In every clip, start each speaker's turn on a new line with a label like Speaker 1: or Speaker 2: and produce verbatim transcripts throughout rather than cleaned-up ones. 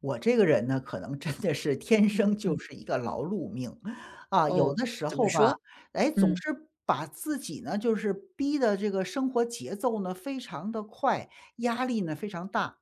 Speaker 1: 我这个人呢，可能真的是天生就
Speaker 2: 嗯，
Speaker 1: 是一个劳碌命。啊，有
Speaker 2: 哦，
Speaker 1: 的时
Speaker 2: 怎么
Speaker 1: 候吧，
Speaker 2: 说？
Speaker 1: 哎，总
Speaker 2: 嗯
Speaker 1: 是把自己呢，就是逼的这个生活节奏呢非常的快，压力呢非常大。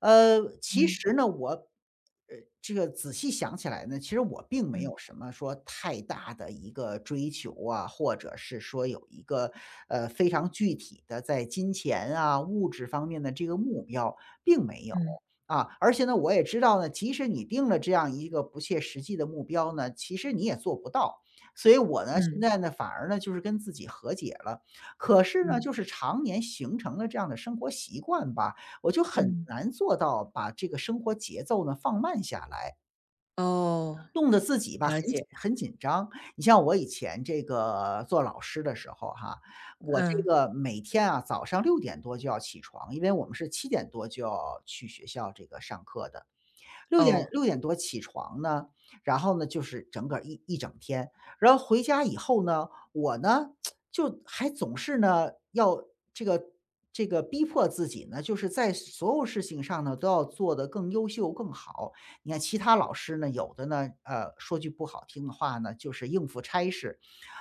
Speaker 1: 呃，其
Speaker 2: 嗯
Speaker 1: 实呢，我，呃，这个仔细想起来呢，其实我并没
Speaker 2: 嗯
Speaker 1: 有什么说太大的一个追求啊，或者是说有一个，呃，非常具体的在金钱啊、物质方面的这个目标，并没有。
Speaker 2: 嗯
Speaker 1: 啊，而且呢，我也知道呢，即使你定了这样一个不切实际的目标呢，其实你也做不到。所以我呢，现
Speaker 2: 嗯
Speaker 1: 在呢，反而呢，就是跟自己和解了。可是呢，
Speaker 2: 嗯
Speaker 1: 就是常年形成了这样的生活习惯吧，我就很
Speaker 2: 嗯，
Speaker 1: 难做到把这个生活节奏呢放慢下来，
Speaker 2: 哦，
Speaker 1: 弄得自己吧
Speaker 2: 了
Speaker 1: 很紧
Speaker 2: 解，
Speaker 1: 很紧张。你像我以前这个做老师的时候哈，我这
Speaker 2: 嗯，
Speaker 1: 个每天啊早上六点多就要起床，因为我们是七点多就要去学校这个上课的。六点
Speaker 2: 哦，
Speaker 1: 六点多起床呢，然后呢，就是整个儿一一整天。然后回家以后呢，我呢，就还总是呢，要这个这个逼迫自己呢，就是在所有事情上呢，都要做得更优秀、更好。你看其他老师呢，有的呢，呃，说句不好听的话呢，就是应付差事，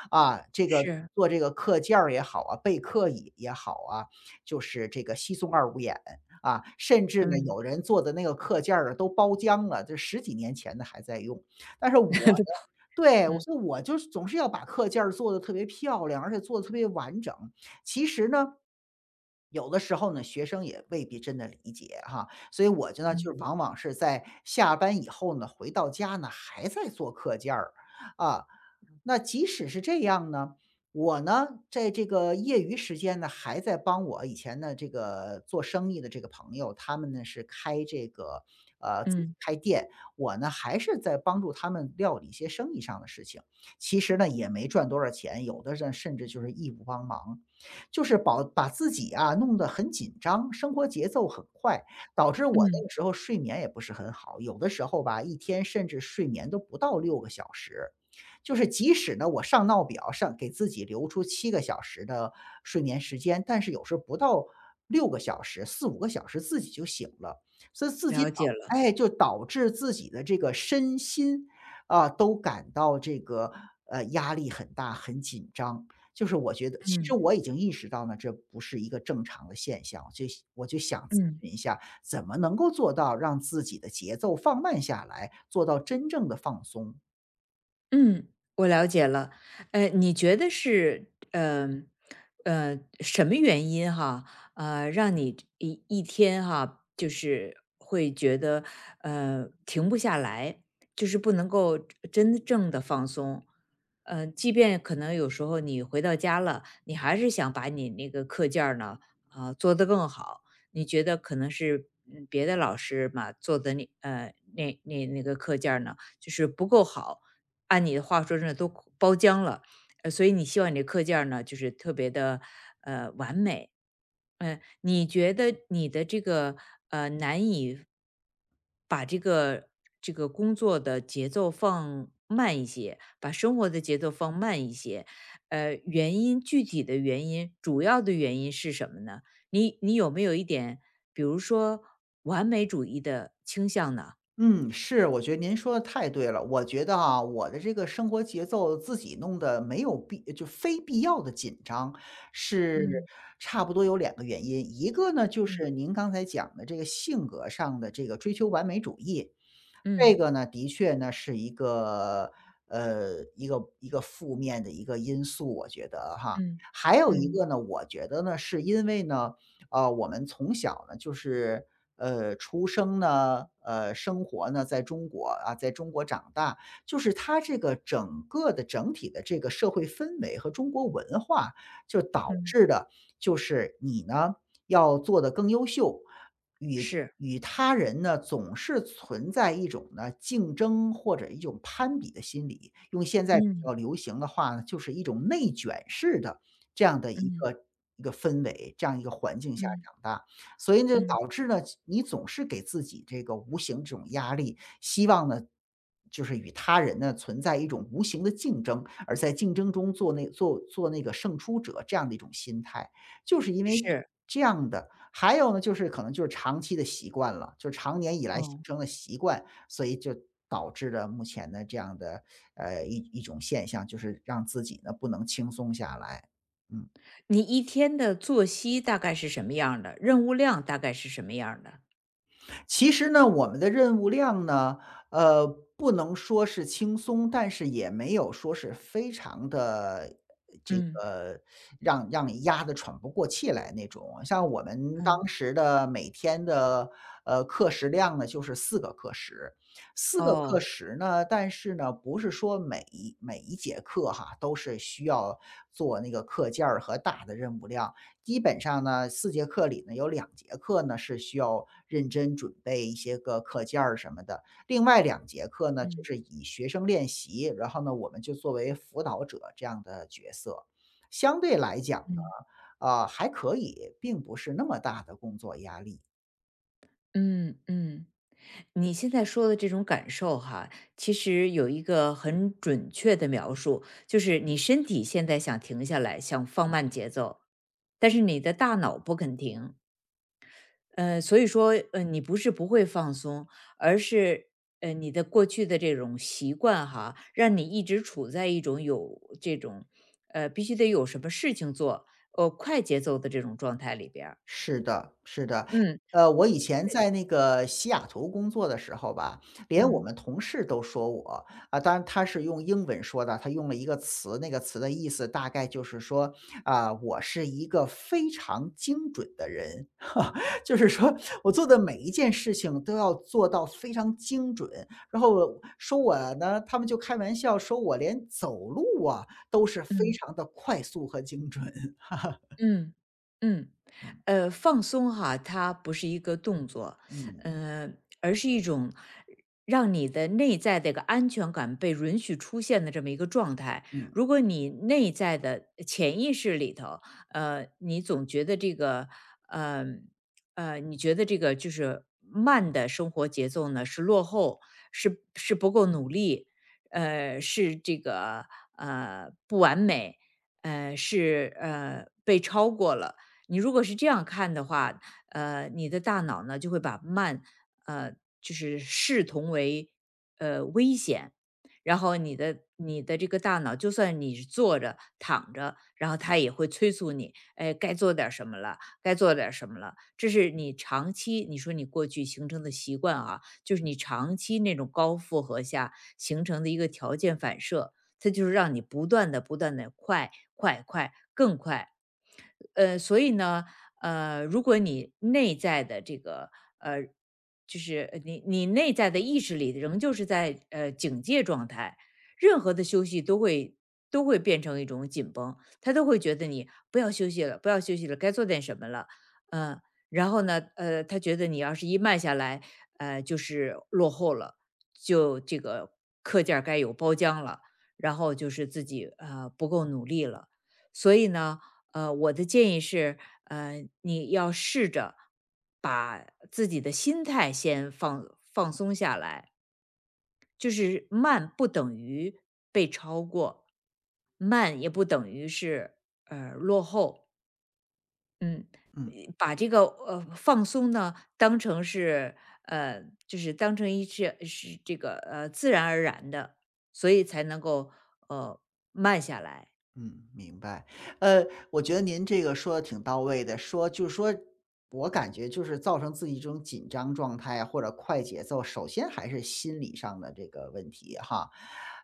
Speaker 1: 啊，这个
Speaker 2: 是，
Speaker 1: 做这个课件儿也好啊，备课椅也好啊，就是这个稀松二五眼啊。甚至呢，
Speaker 2: 嗯，
Speaker 1: 有人做的那个课件儿啊都包浆了，这十几年前的还在用。但是我呢， 对，我
Speaker 2: 嗯
Speaker 1: 说我就是总是要把课件儿做得特别漂亮，而且做得特别完整。其实呢，有的时候呢，学生也未必真的理解哈，所以我觉得就是
Speaker 2: 嗯
Speaker 1: 嗯往往是在下班以后呢，回到家呢，还在做课件儿啊。那即使是这样呢，我呢，在这个业余时间呢，还在帮我以前的这个做生意的这个朋友，他们呢是开这个呃，自己
Speaker 2: 嗯，
Speaker 1: 开店，我呢还是在帮助他们料理一些生意上的事情。其实呢，也没赚多少钱，有的呢甚至就是义务帮忙。就是保把自己啊弄得很紧张，生活节奏很快，导致我那
Speaker 2: 嗯，
Speaker 1: 个时候睡眠也不是很好，有的时候吧，一天甚至睡眠都不到六个小时。就是即使呢，我上闹表上给自己留出七个小时的睡眠时间，但是有时候不到六个小时四五个小时自己就醒了，所以自己
Speaker 2: 了
Speaker 1: 导
Speaker 2: 解了，
Speaker 1: 哎，就导致自己的这个身心啊，都感到这个，呃，压力很大，很紧张。就是我觉得其实
Speaker 2: 嗯
Speaker 1: 我已经意识到呢，这不是一个正常的现象，就我就想咨
Speaker 2: 嗯。
Speaker 1: 询一下，怎么能够做到让自己的节奏放慢下来，做到真正的放松？
Speaker 2: 嗯，我了解了。呃，你觉得是呃呃什么原因哈？呃，让你这一一天哈，就是会觉得呃停不下来，就是不能够真正的放松。呃，即便可能有时候你回到家了，你还是想把你那个课件儿呢啊、做得更好。你觉得可能是嗯别的老师嘛做的那呃那那那个课件儿呢，就是不够好。按你的话说真的都包浆了，呃，所以你希望你的课件儿呢，就是特别的，呃，完美。嗯，你觉得你的这个，呃，难以把这个这个工作的节奏放慢一些，把生活的节奏放慢一些，呃，原因具体的原因主要的原因是什么呢？你你有没有一点，比如说完美主义的倾向呢？
Speaker 1: 嗯，是，我觉得您说的太对了。我觉得啊，我的这个生活节奏自己弄得没有必就非必要的紧张，是
Speaker 2: 嗯
Speaker 1: 差不多有两个原因。一个呢，就
Speaker 2: 嗯
Speaker 1: 是您刚才讲的这个性格上的这个追求完美主义，这
Speaker 2: 嗯。
Speaker 1: 个呢，的确呢，是一个呃，一个一个负面的一个因素，我觉得哈。
Speaker 2: 嗯
Speaker 1: 还有一
Speaker 2: 嗯
Speaker 1: 个呢，我觉得呢，是因为呢，呃，我们从小呢，就是呃，出生呢，呃，生活呢，在中国啊，在中国长大，就是它这个整个的整体的这个社会氛围和中国文化，就导
Speaker 2: 嗯。
Speaker 1: 致的，就是你呢要做的更优秀。与
Speaker 2: 是。
Speaker 1: 与他人呢，总是存在一种呢竞争或者一种攀比的心理。用现在比
Speaker 2: 嗯，
Speaker 1: 较流行的话呢，就是一种内卷式的这样的一
Speaker 2: 嗯，
Speaker 1: 个一个氛围，这样一个环境下
Speaker 2: 嗯，
Speaker 1: 长大，所以呢，
Speaker 2: 嗯。
Speaker 1: 导致呢，你总是给自己这个无形这种压力，希望呢，就是与他人呢存在一种无形的竞争，而在竞争中做那做做那个胜出者这样的一种心态。就是因为
Speaker 2: 是，
Speaker 1: 这样的。还有呢，就是可能就是长期的习惯了，就是常年以来形
Speaker 2: 哦，
Speaker 1: 成的习惯，所以就导致了目前的这样的，呃，一一种现象，就是让自己呢不能轻松下来。嗯。
Speaker 2: 你一天的作息大概是什么样儿的？任务量大概是什么样儿的？
Speaker 1: 其实呢，我们的任务量呢，呃，不能说是轻松，但是也没有说是非常的这
Speaker 2: 嗯，
Speaker 1: 个让让你压得喘不过气来那种啊。像我们
Speaker 2: 嗯。
Speaker 1: 当时的每天的，呃，课时量呢，就是四个课时。四个课
Speaker 2: 哦。
Speaker 1: 时呢，但是呢，不是说每一每一节课哈，都是需要做那个课件儿和大的任务量。基本上呢四节课里呢，有两节课呢，是需要认真准备一些个课件儿什么的，另外两节课呢，就
Speaker 2: 嗯，
Speaker 1: 是以学生练习，然后呢，我们就作为辅导者这样的角色。相对来讲呢，
Speaker 2: 嗯，
Speaker 1: 啊还可以，并不是那么大的工作压力。
Speaker 2: 嗯，嗯。你现在说的这种感受哈，其实有一个很准确的描述，就是你身体现在想停下来，想放慢节奏，但是你的大脑不肯停。呃，所以说，呃，你不是不会放松，而是，呃，你的过去的这种习惯哈，让你一直处在一种有这种，呃，必须得有什么事情做，呃，快节奏的这种状态里边儿。
Speaker 1: 是的，是的。
Speaker 2: 嗯
Speaker 1: 呃，我以前在那个西雅图工作的时候吧，连我
Speaker 2: 嗯
Speaker 1: 们同事都说我啊，当然他是用英文说的，他用了一个词，那个词的意思大概就是说啊，我是一个非常精准的人，就是说我做的每一件事情都要做到非常精准。然后我说我呢，他们就开玩笑说我连走路啊都是非
Speaker 2: 嗯。
Speaker 1: 常的快速和精准。
Speaker 2: 嗯，嗯，呃，放松哈，它不是一个动作，
Speaker 1: 嗯
Speaker 2: 呃，而是一种让你的内在的一个安全感被允许出现的这么一个状态。
Speaker 1: 嗯
Speaker 2: 如果你内在的潜意识里头，呃，你总觉得这个，呃，呃，你觉得这个就是慢的生活节奏呢是落后，是是不够努力，呃，是这个呃不完美。呃，是呃被超过了。你如果是这样看的话，呃，你的大脑呢就会把慢，呃，就是视同为呃危险，然后你的你的这个大脑，就算你是坐着躺着，然后它也会催促你，哎，该做点儿什么了，该做点儿什么了。这是你长期，你说你过去形成的习惯啊，就是你长期那种高负荷下形成的一个条件反射。它就是让你不断的、不断的快快快，更快。呃，所以呢，呃，如果你内在的这个呃，就是呃你你内在的意识里仍旧是在呃警戒状态，任何的休息都会都会变成一种紧绷，他都会觉得你不要休息了，不要休息了，该做点什么了，嗯、然后呢，呃，他觉得你要是一慢下来，呃，就是落后了，就这个课件儿该有包浆了，然后就是自己呃不够努力了，所以呢，呃，我的建议是，呃，你要试着把自己的心态先放放松下来，就是慢不等于被超过，慢也不等于是呃落后。嗯，
Speaker 1: 嗯。
Speaker 2: 呃把这个呃放松呢当成是呃就是当成一是是这个呃自然而然的，所以才能够呃慢下来。
Speaker 1: 嗯，明白。呃，我觉得您这个说的挺到位的，说就是说我感觉就是造成自己这种紧张状态啊或者快节奏，首先还是心理上的这个问题哈。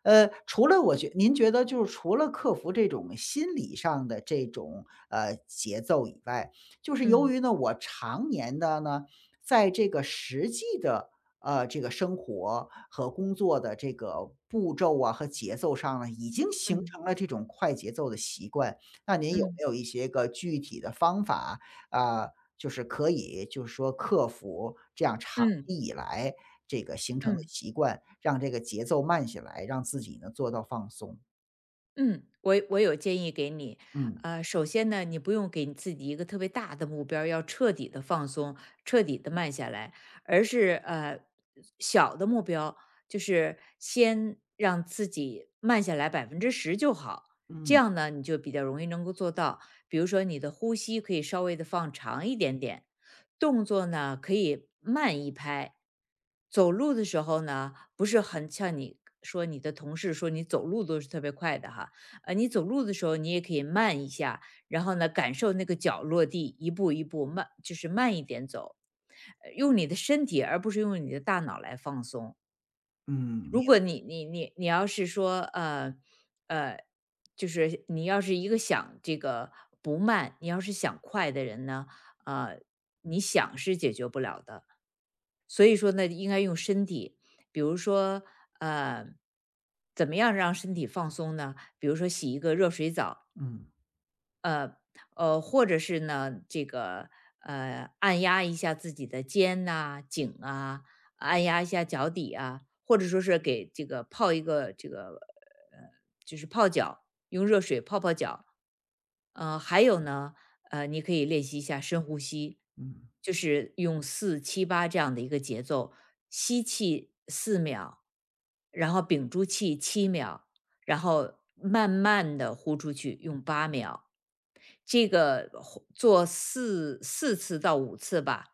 Speaker 1: 呃，除了我觉您觉得就是除了克服这种心理上的这种，呃，节奏以外，就是由
Speaker 2: 嗯
Speaker 1: 于呢，我常年的呢，在这个实际的呃，这个生活和工作的这个步骤啊和节奏上呢，已经形
Speaker 2: 嗯
Speaker 1: 成了这种快节奏的习惯。那您有
Speaker 2: 嗯
Speaker 1: 没有一些个具体的方法啊，就是可以就是说克服这样长
Speaker 2: 嗯
Speaker 1: 期以来这个形成的
Speaker 2: 嗯。
Speaker 1: 习惯，让这个节奏慢下来，让自己呢做到放松？
Speaker 2: 嗯，我我有建议给你。
Speaker 1: 嗯
Speaker 2: 呃，首先呢，你不用给你自己一个特别大的目标儿要彻底的放松，彻底的慢下来，而是呃小的目标，就是先让自己慢下来百分之十就好。这
Speaker 1: 嗯
Speaker 2: 样呢，你就比较容易能够做到。比如说，你的呼吸可以稍微的放长一点点，动作呢可以慢一拍，走路的时候呢，不是很像你说你的同事说你走路都是特别快的哈，呃，你走路的时候你也可以慢一下，然后呢，感受那个脚落地，一步一步慢，就是慢一点走，呃用你的身体，而不是用你的大脑来放松。
Speaker 1: 嗯，明
Speaker 2: 如果你你你你要是说，呃呃，就是你要是一个想这个不慢，你要是想快的人呢，呃，你想是解决不了的。所以说呢，应该用身体，比如说，呃，怎么样让身体放松呢？比如说洗一个热水澡，
Speaker 1: 嗯
Speaker 2: 呃呃，或者是呢，这个呃，按压一下自己的肩呐、颈啊，按压一下脚底啊，或者说是给这个泡一个这个呃，就是泡脚，用热水泡泡脚。呃，还有呢，呃，你可以练习一下深呼吸，
Speaker 1: 嗯
Speaker 2: 就是用四七八这样的一个节奏，吸气四秒，然后屏住气七秒，然后慢慢的呼出去，用八秒。这个呼做四四次到五次吧，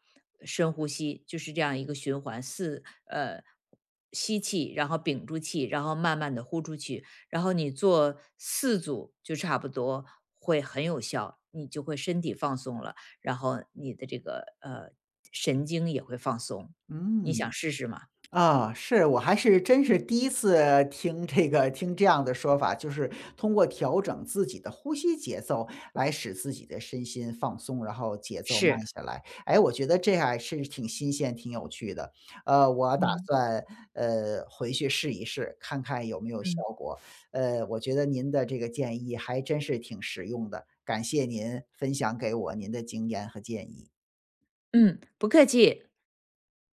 Speaker 2: 深呼吸，就是这样一个循环。四呃，吸气，然后屏住气，然后慢慢的呼出去，然后你做四组就差不多会很有效，你就会身体放松了，然后你的这个，呃，神经也会放松。你想
Speaker 1: 嗯。
Speaker 2: 试试吗？
Speaker 1: 啊，是，我还是真是第一次听这个听这样的说法，就是通过调整自己的呼吸节奏来使自己的身心放松，然后节奏慢
Speaker 2: 是。
Speaker 1: 下来。哎，我觉得这还是挺新鲜、挺有趣的。呃，我打
Speaker 2: 嗯，
Speaker 1: 算呃回去试一试，看看有没有效
Speaker 2: 嗯。
Speaker 1: 果。呃，我觉得您的这个建议还真是挺实用的，感谢您分享给我您的经验和建议。
Speaker 2: 嗯，不客气。